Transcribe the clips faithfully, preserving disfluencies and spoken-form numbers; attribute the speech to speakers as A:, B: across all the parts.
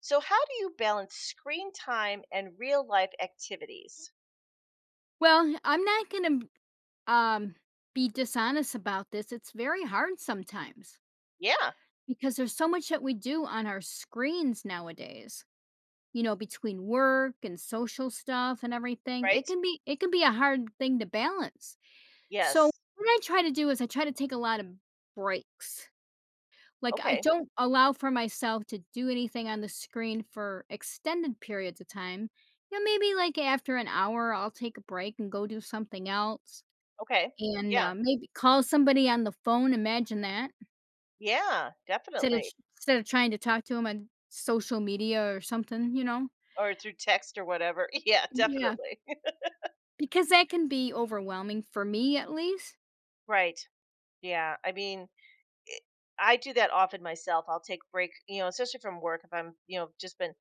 A: So, how do you balance screen time and real life activities?
B: Well, I'm not gonna um, be dishonest about this. It's very hard sometimes
A: Yeah,
B: because there's so much that we do on our screens nowadays, you know, between work and social stuff and everything. it
A: right?
B: can be it can be a hard thing to balance. So,
A: Yes.
B: what I try to do is I try to take a lot of breaks. Like, I
A: Okay.
B: don't allow for myself to do anything on the screen for extended periods of time. You know, maybe, like, after an hour, I'll take a break and go do something else.
A: Okay.
B: And,
A: Yeah.
B: uh, maybe call somebody on the phone, imagine that,
A: Yeah,
B: instead of
A: definitely.
B: instead of trying to talk to to 'em on social media or something, you know?
A: Or through text or whatever. Yeah,
B: Yeah,
A: definitely.
B: because that can be overwhelming for me at least.
A: Right. Yeah. I mean, it- I do that often myself. I'll take break, you know, especially from work if I'm, you know, just been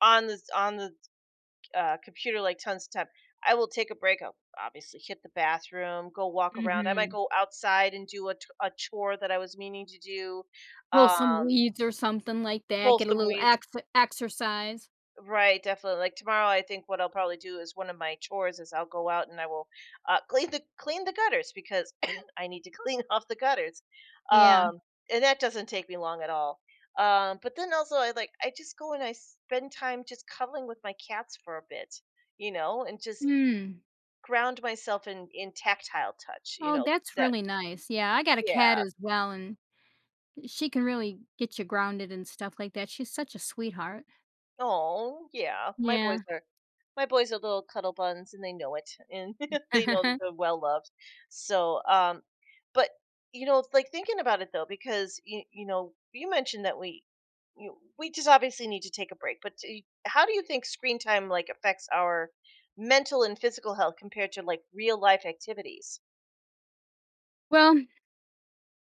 A: on the on the uh, computer like tons of time. I will take a break. I'll obviously hit the bathroom, go walk around. I might
B: Mhm.
A: go outside and do a, t- a chore that I was meaning to do,
B: Pull some
A: um,
B: weeds or something like that,
A: pull
B: get a
A: some
B: little
A: weeds.
B: ex exercise.
A: Right, definitely. Like tomorrow, I think what I'll probably do is one of my chores is I'll go out and I will uh, clean the clean the gutters because I need to clean off the gutters,
B: Yeah.
A: um, and that doesn't take me long at all. Um, but then also, I like I just go and I spend time just cuddling with my cats for a bit you know, and just
B: Mm.
A: Ground myself in in tactile touch, you
B: Oh,
A: know,
B: that's
A: that
B: really nice. Yeah, I got a cat
A: Yeah.
B: as well, and she can really get you grounded and stuff like that. She's such a sweetheart.
A: Oh, yeah. My boys
B: Yeah.
A: are my boys are little cuddle buns, and they know it, and they know that they're well loved. So, um but, you know, like, thinking about it, though, because you you know, you mentioned that we you we just obviously need to take a break, but do how do you think screen time, like, affects our mental and physical health compared to, like, real life activities?
B: Well,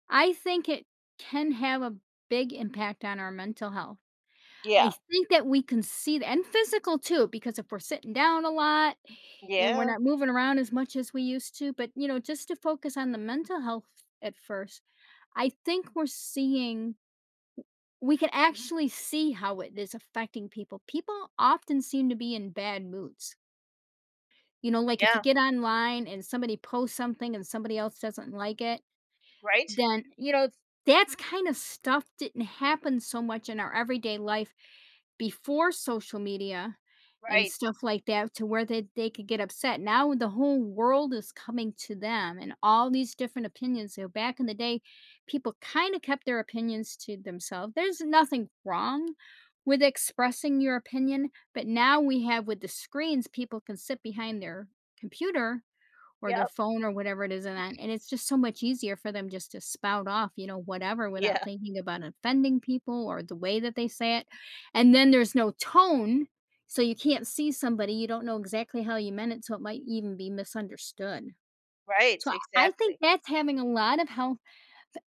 B: I think it can have a big impact on our mental health. I
A: Yeah.
B: think that we can see that, and physical too, because if we're sitting down a lot and we're
A: Yeah.
B: not moving around as much as we used to. But you know, just to focus on the mental health at first, I think we're seeing we can actually see how it is affecting people. People often seem to be in bad moods. You know, like if you
A: Yeah.
B: get online and somebody posts something and somebody else doesn't like it,
A: Right?
B: then, you know, that's kind of stuff didn't happen so much in our everyday life before social media and
A: Right.
B: stuff like that, to where they, they could get upset. Now the whole world is coming to them and all these different opinions. So back in the day, people kind of kept their opinions to themselves. There's nothing wrong with expressing your opinion, but now we have, with the screens, people can sit behind their computer or their
A: Yep.
B: phone or whatever it is, and that, and it's just so much easier for them just to spout off, you know, whatever, without
A: Yeah.
B: thinking about offending people or the way that they say it. And then there's no tone, so you can't see somebody, you don't know exactly how you meant it, so it might even be misunderstood.
A: Right,
B: So i I think
A: exactly.
B: that's having a lot of health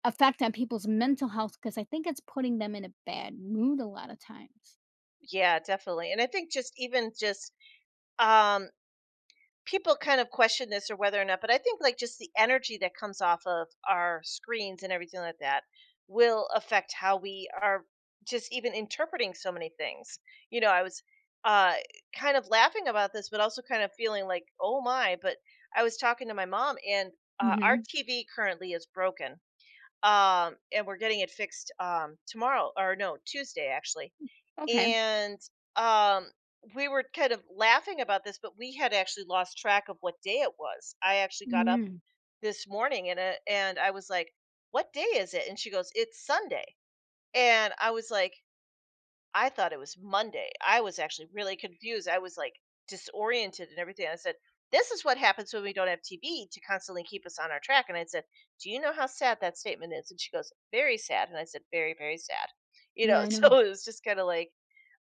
B: effect on people's mental health, because I think it's putting them in a bad mood a lot of times.
A: Yeah, definitely. And I think just even just um people kind of question this or whether or not, but I think like just the energy that comes off of our screens and everything like that will affect how we are just even interpreting so many things. You know, I was uh kind of laughing about this but also kind of feeling like, "Oh my," but I was talking to my mom and uh, our
B: Hmm.
A: T V currently is broken. Um and we're getting it fixed um tomorrow or no, Tuesday actually.
B: Okay.
A: And um we were kind of laughing about this, but we had actually lost track of what day it was. I actually got up
B: Hmm.
A: this morning and uh, and I was like, what day is it? And she goes, it's Sunday. And I was like, I thought it was Monday. I was actually really confused. I was like disoriented and everything. I said, this is what happens when we don't have TV to constantly keep us on our track. And I said, do you know how sad that statement is? And she goes, very sad. And I said, very very sad, you
B: Yeah,
A: know.
B: I know.
A: So it was just kind of like,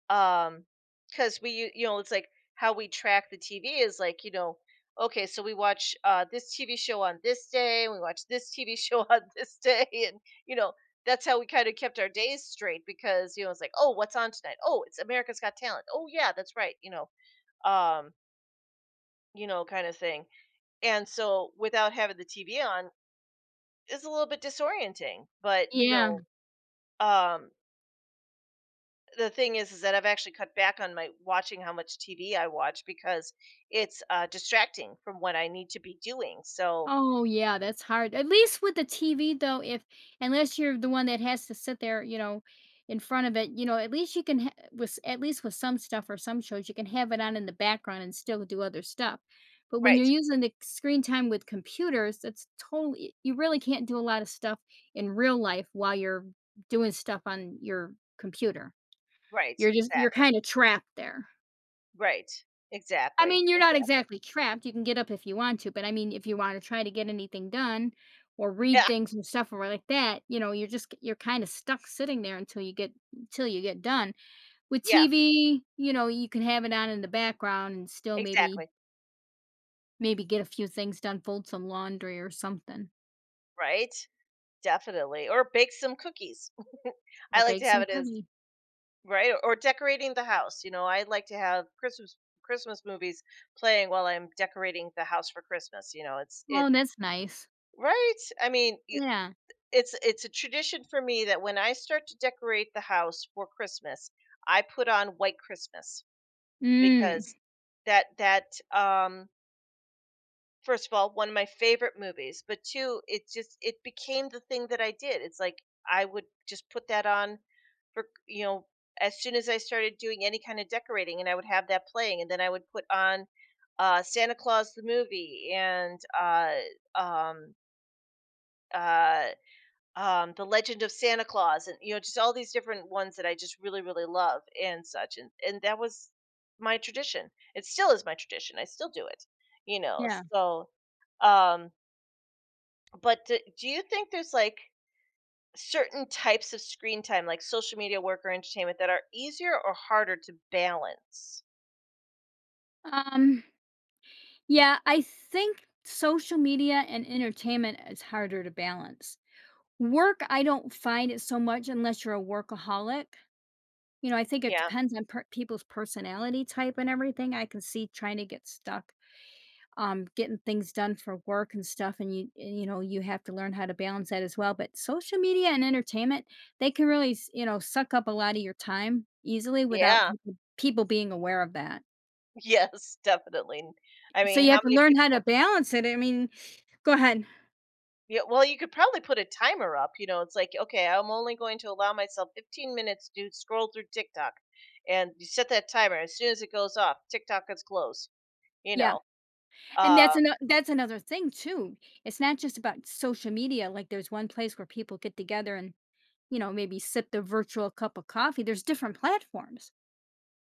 A: um, because we u you know, it's like how we track the T V is like, you know, okay, so we watch, uh, this T V show on this day, and we watch this T V show on this day, and, you know, that's how we kinda kept our days straight because, you know, it's like, "Oh, what's on tonight? Oh, it's America's Got Talent. Oh, yeah, that's right," you know, um, you know, kinda thing. And so without having the T V on is a little bit disorienting, but, you know,
B: Yeah.
A: um the thing is is that I've actually cut back on my watching how much T V I watch because it's, uh, distracting from what I need to be doing, so
B: Oh, yeah, that's hard. At least with the T V though, if unless you're the one that has to sit there, you know, in front of it, you know, at least you can ha- with s- at least with some stuff or some shows, you can have it on in the background and still do other stuff. But when you're
A: right,
B: using the screen time with computers, that's totally, you really can't do a lot of stuff in real life while you're doing stuff on your computer.
A: right,
B: You're just you're
A: exactly.
B: kind of trapped there.
A: Right.
B: I
A: Exactly,
B: mean, you're not
A: exactly.
B: exactly trapped. You can get up if you want to, but I mean, if you want to try to get anything done or read
A: Yeah,
B: things and stuff or like that, you know, you're just you're kind of stuck sitting there until you get until you get done. With
A: yeah,
B: T V, you know, you can have it on in the background and still maybe
A: exactly.
B: maybe get a few things done, fold some laundry or something,
A: Right? Definitely, or bake some cookies.
B: or
A: I like
B: bake
A: to have
B: some
A: it as
B: cookies.
A: Right, or or decorating the house, you know, I like to have Christmas Christmas movies playing while I'm decorating the house for Christmas, you know, it's
B: Oh,
A: it's
B: that's nice.
A: Right? I mean
B: Yeah.
A: It's it's a tradition for me that when I start to decorate the house for Christmas, I put on White Christmas
B: Mm,
A: because that that um first of all, one of my favorite movies, but two, it just it became the thing that I did. It's like I would just put that on for you know as soon as I started doing any kind of decorating, and I would have that playing. And then I would put on uh Santa Claus the movie and uh um uh um, the Legend of Santa Claus, and you know, just all these different ones that I just really, really love and such. And and that was my tradition. It still is my tradition. I still do it. You know,
B: yeah.
A: so um, but do, do you think there's like certain types of screen time, like social media, work, or entertainment, that are easier or harder to balance?
B: Um, yeah, I think social media and entertainment is harder to balance. Work, I don't find it so much unless you're a workaholic. You know, I think it
A: Yeah,
B: depends on per people's personality type and everything. I can see trying to get stuck, um, getting things done for work and stuff, and you and, you know, you have to learn how to balance that as well. But social media and entertainment, they can really s you know, suck up a lot of your time easily without
A: yeah,
B: people people being aware of that.
A: yes, definitely. I
B: So
A: mean,
B: you
A: how
B: have to
A: many
B: learn how to
A: people?
B: balance it, I mean. Go ahead.
A: Yeah, well, you could probably put a timer up, you know, it's like, "Okay, I'm only going to allow myself 15 minutes to scroll through TikTok." And you set that timer, as soon as it goes off, TikTok is closed, you
B: Yeah.
A: know,
B: And
A: um,
B: that's ano that's another thing too. It's not just about social media. Like, there's one place where people get together and, you know, maybe sip the virtual cup of coffee, there's different platforms.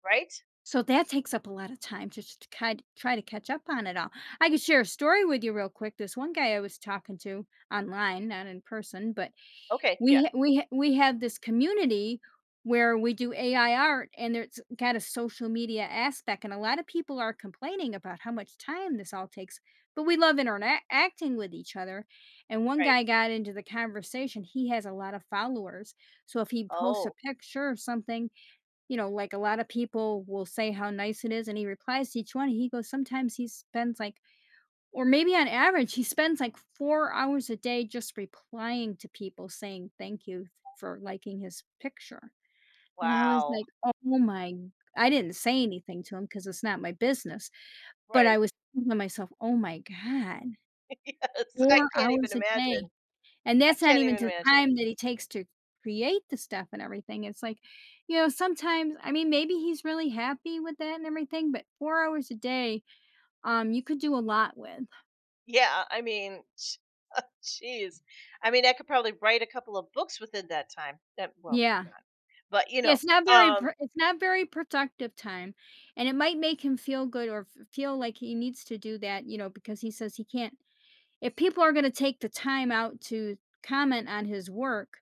A: right?
B: So that takes up a lot of time, just to just kind try to catch up on it all. I could share a story with you real quick. This one guy I was talking to online, not in person, but
A: Okay, yeah,
B: we ha we ha we have this community where we do A I art, and it's got a social media aspect, and a lot of people are complaining about how much time this all takes, but we love interacting with each other. And one
A: right.
B: guy got into the conversation, he has a lot of followers, so if he posts a
A: Oh,
B: picture or something, you know, like, a lot of people will say how nice it is, and he replies to each one. He goes, sometimes he spends, like, or maybe on average, he spends like four hours a day just replying to people saying thank you for liking his picture. And I was
A: wow.
B: like, "Oh my." I didn't say anything to him because it's not my business, but I
A: Right,
B: was thinking to myself, "Oh my god,
A: yes, I
B: four
A: can't even
B: hours a
A: imagine.
B: day." And
A: I
B: that's not
A: can't
B: even
A: even
B: the
A: imagine.
B: time that he takes to create the stuff and everything. It's like, you know, sometimes, I mean, maybe he's really happy with that and everything, but four hours a day, um, you could do a lot with.
A: Yeah, I mean, jeez. I mean, I could probably write a couple of books within that time, that well,
B: Yeah.
A: but, you
B: Yeah,
A: know,
B: it's not very
A: um,
B: pr it's not very productive time, and it might make him feel good or f feel like he needs to do that, you know, because he says he can't, if people are gonna take the time out to comment on his work,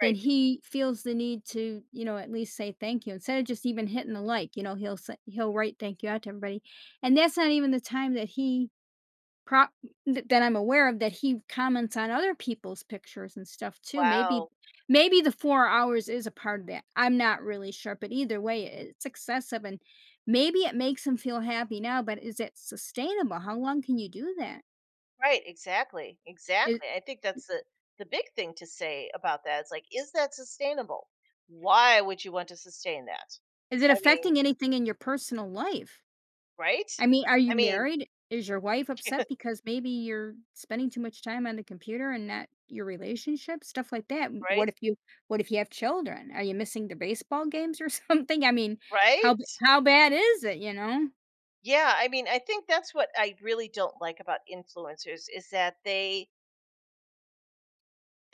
B: then he feels the need to, you know, at least say thank you instead of just even hitting the like. You know, he'll say he'll write "Thank you" out to everybody. And that's not even the time that he Pro th that I'm aware of, that he comments on other people's pictures and stuff too. Maybe
A: Wow.
B: maybe the four hours is a part of that. I'm not really sure, but either way, i- it's excessive. And maybe it makes him feel happy now, but is it sustainable? How long can you do that?
A: Right, exactly.
B: Is
A: Exactly. I think that's the the big thing to say about that. It's like, is that sustainable? Why would you want to sustain that?
B: is it
A: I mean,
B: affecting anything in your personal life?
A: right?
B: I mean, are
A: I
B: you
A: mean,
B: married? Is your wife upset because maybe you're spending too much time on the computer and not your relationship? Stuff like that. W-
A: right?
B: What if you what if you have children? Are you missing the baseball games or something? I mean, how b-
A: Right?
B: how bad is it, you know?
A: Yeah, I mean, I think that's what I really don't like about influencers is that they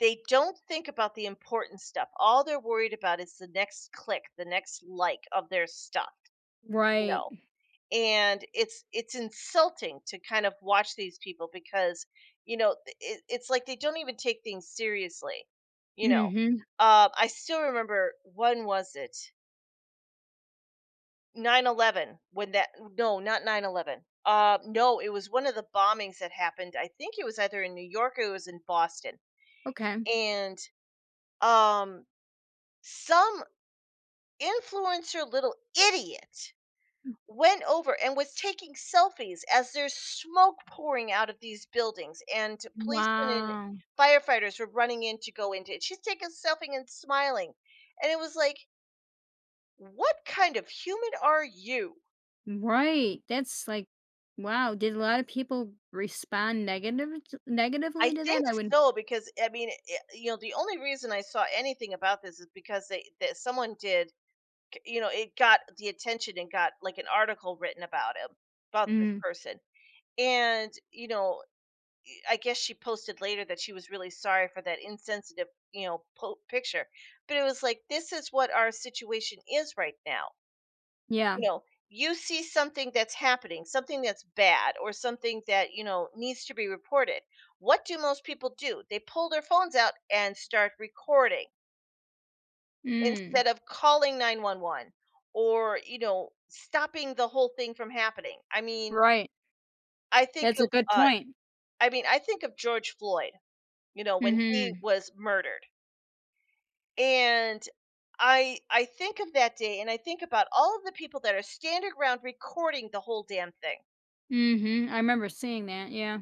A: they don't think about the important stuff. All they're worried about is the next click, the next like of their stuff, you
B: Right.
A: know. And it's it's insulting to kind of watch these people because you know th- it, it's like they don't even take things seriously you know.
B: Mhm.
A: uh, I still remember when was it, nine eleven? When that no not nine eleven. Uh, no, it was one of the bombings that happened. I think it was either in New York or it was in Boston.
B: Okay.
A: And um some influencer little idiot went over and was taking selfies as there's smoke pouring out of these buildings and policemen and
B: Wow.
A: firefighters were running in to go into it. She's taking a selfie and smiling. And it was like, what kind of human are you?
B: Right. That's like, wow, did a lot of people respond negative
A: I
B: negatively to that?
A: think
B: I would.
A: so because I mean, I you know, the only reason I saw anything about this is because they that someone did, c- you know, it got the attention and got like an article written about him about this
B: Mm,
A: person. And you know, I guess she posted later that she was really sorry for that insensitive, you know, po- picture. But it was like, this is what our situation is right now.
B: yeah.
A: You know, you see something that's happening, something that's bad, or something that, you know, needs to be reported. What do most people do? They pull their phones out and start recording
B: Mm,
A: instead of calling nine one one or, you know, stopping the whole thing from happening. I mean,
B: right.
A: I think
B: That's a
A: of,
B: good
A: uh,
B: point.
A: I mean, I think of George Floyd, you know, when he
B: Mhm.
A: was murdered. And I I think of that day, and I think about all of the people that are standing around recording the whole damn thing.
B: Mhm, I remember seeing that, yeah,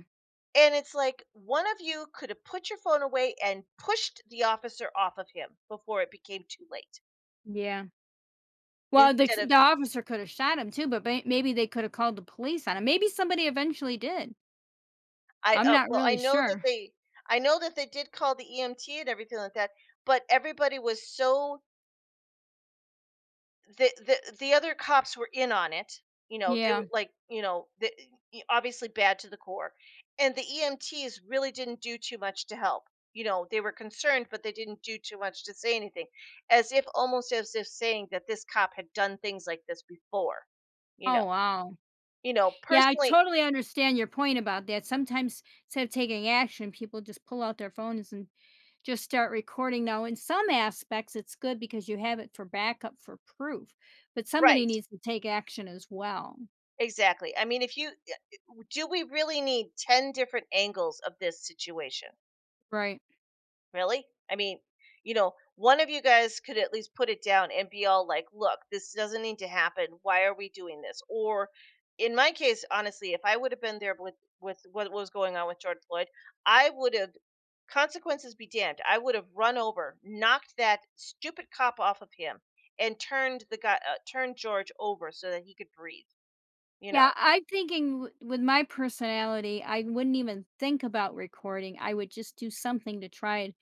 A: And it's like one of you could have put your phone away and pushed the officer off of him before it became too late
B: yeah. Well, the
A: instead of
B: the officer coulda shot him too, but may maybe they coulda called the police on him, maybe somebody eventually did,
A: I
B: I'm
A: uh,
B: not
A: well I
B: really
A: know that
B: sure.
A: they, I know that they did call the EMT and everything like that, but everybody was so the the the other cops were in on it. You know, they were
B: Yeah.
A: like, you know, the, y- obviously bad to the core, and the E M Ts really didn't do too much to help. You know, they were concerned, but they didn't do too much to say anything, as if almost as if saying that this cop had done things like this before. You know,
B: Oh, wow.
A: you know,
B: Yeah, I
A: personally,
B: totally understand your point about that. Sometimes instead of taking action, people just pull out their phones and just start recording. Now, in some aspects, it's good because you have it for backup, for proof, but somebody
A: right?
B: needs to take action as well.
A: Exactly. I mean, if you do, we really need ten different angles of this situation.
B: Right.
A: Really? I mean, you know, one of you guys could at least put it down and be all like, look, this doesn't need to happen. Why are we doing this? Or in my case, honestly, if I would have been there with, with what was going on with George Floyd, I would have, consequences be damned, I would have run over, knocked that stupid cop off of him and turned the guy, uh, turned George over so that he could breathe. You
B: Yeah,
A: know,
B: I'm thinking w with my personality, I wouldn't even think about recording, I would just do something to try and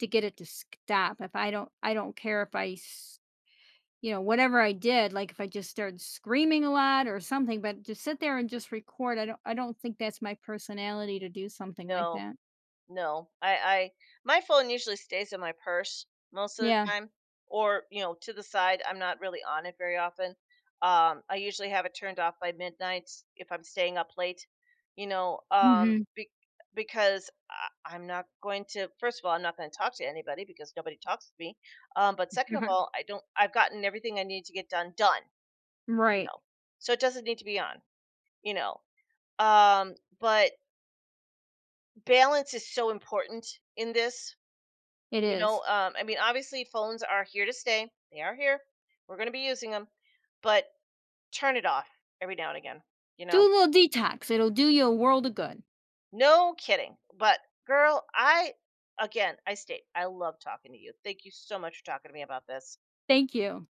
B: to get it to stop. If I don't I don't care if I s you know, whatever I did, like, if I just started screaming a lot or something. But to sit there and just record, I don't I don't think that's my personality to do something like
A: no,
B: that.
A: No, I, I my phone usually stays in my purse most of the
B: Yeah.
A: time, or you know, to the side. I'm not really on it very often. Um, I usually have it turned off by midnight if I'm staying up late, you know, um,
B: Mhm.
A: be, because I, I'm not going to. First of all, I'm not going to talk to anybody because nobody talks to me. Um, but second of all, I don't. I've gotten everything I need to get done done, you
B: Right.
A: know, so it doesn't need to be on, you know. Um, but balance is so important in this.
B: It
A: You know,
B: is.
A: um, I mean, obviously, phones are here to stay. They are here. We're going to be using them, but turn it off every now and again. You
B: Do
A: know,
B: a little detox, it'll do you a world of good.
A: no kidding. But girl, I again, I state, I love talking to you. Thank you so much for talking to me about this.
B: Thank you.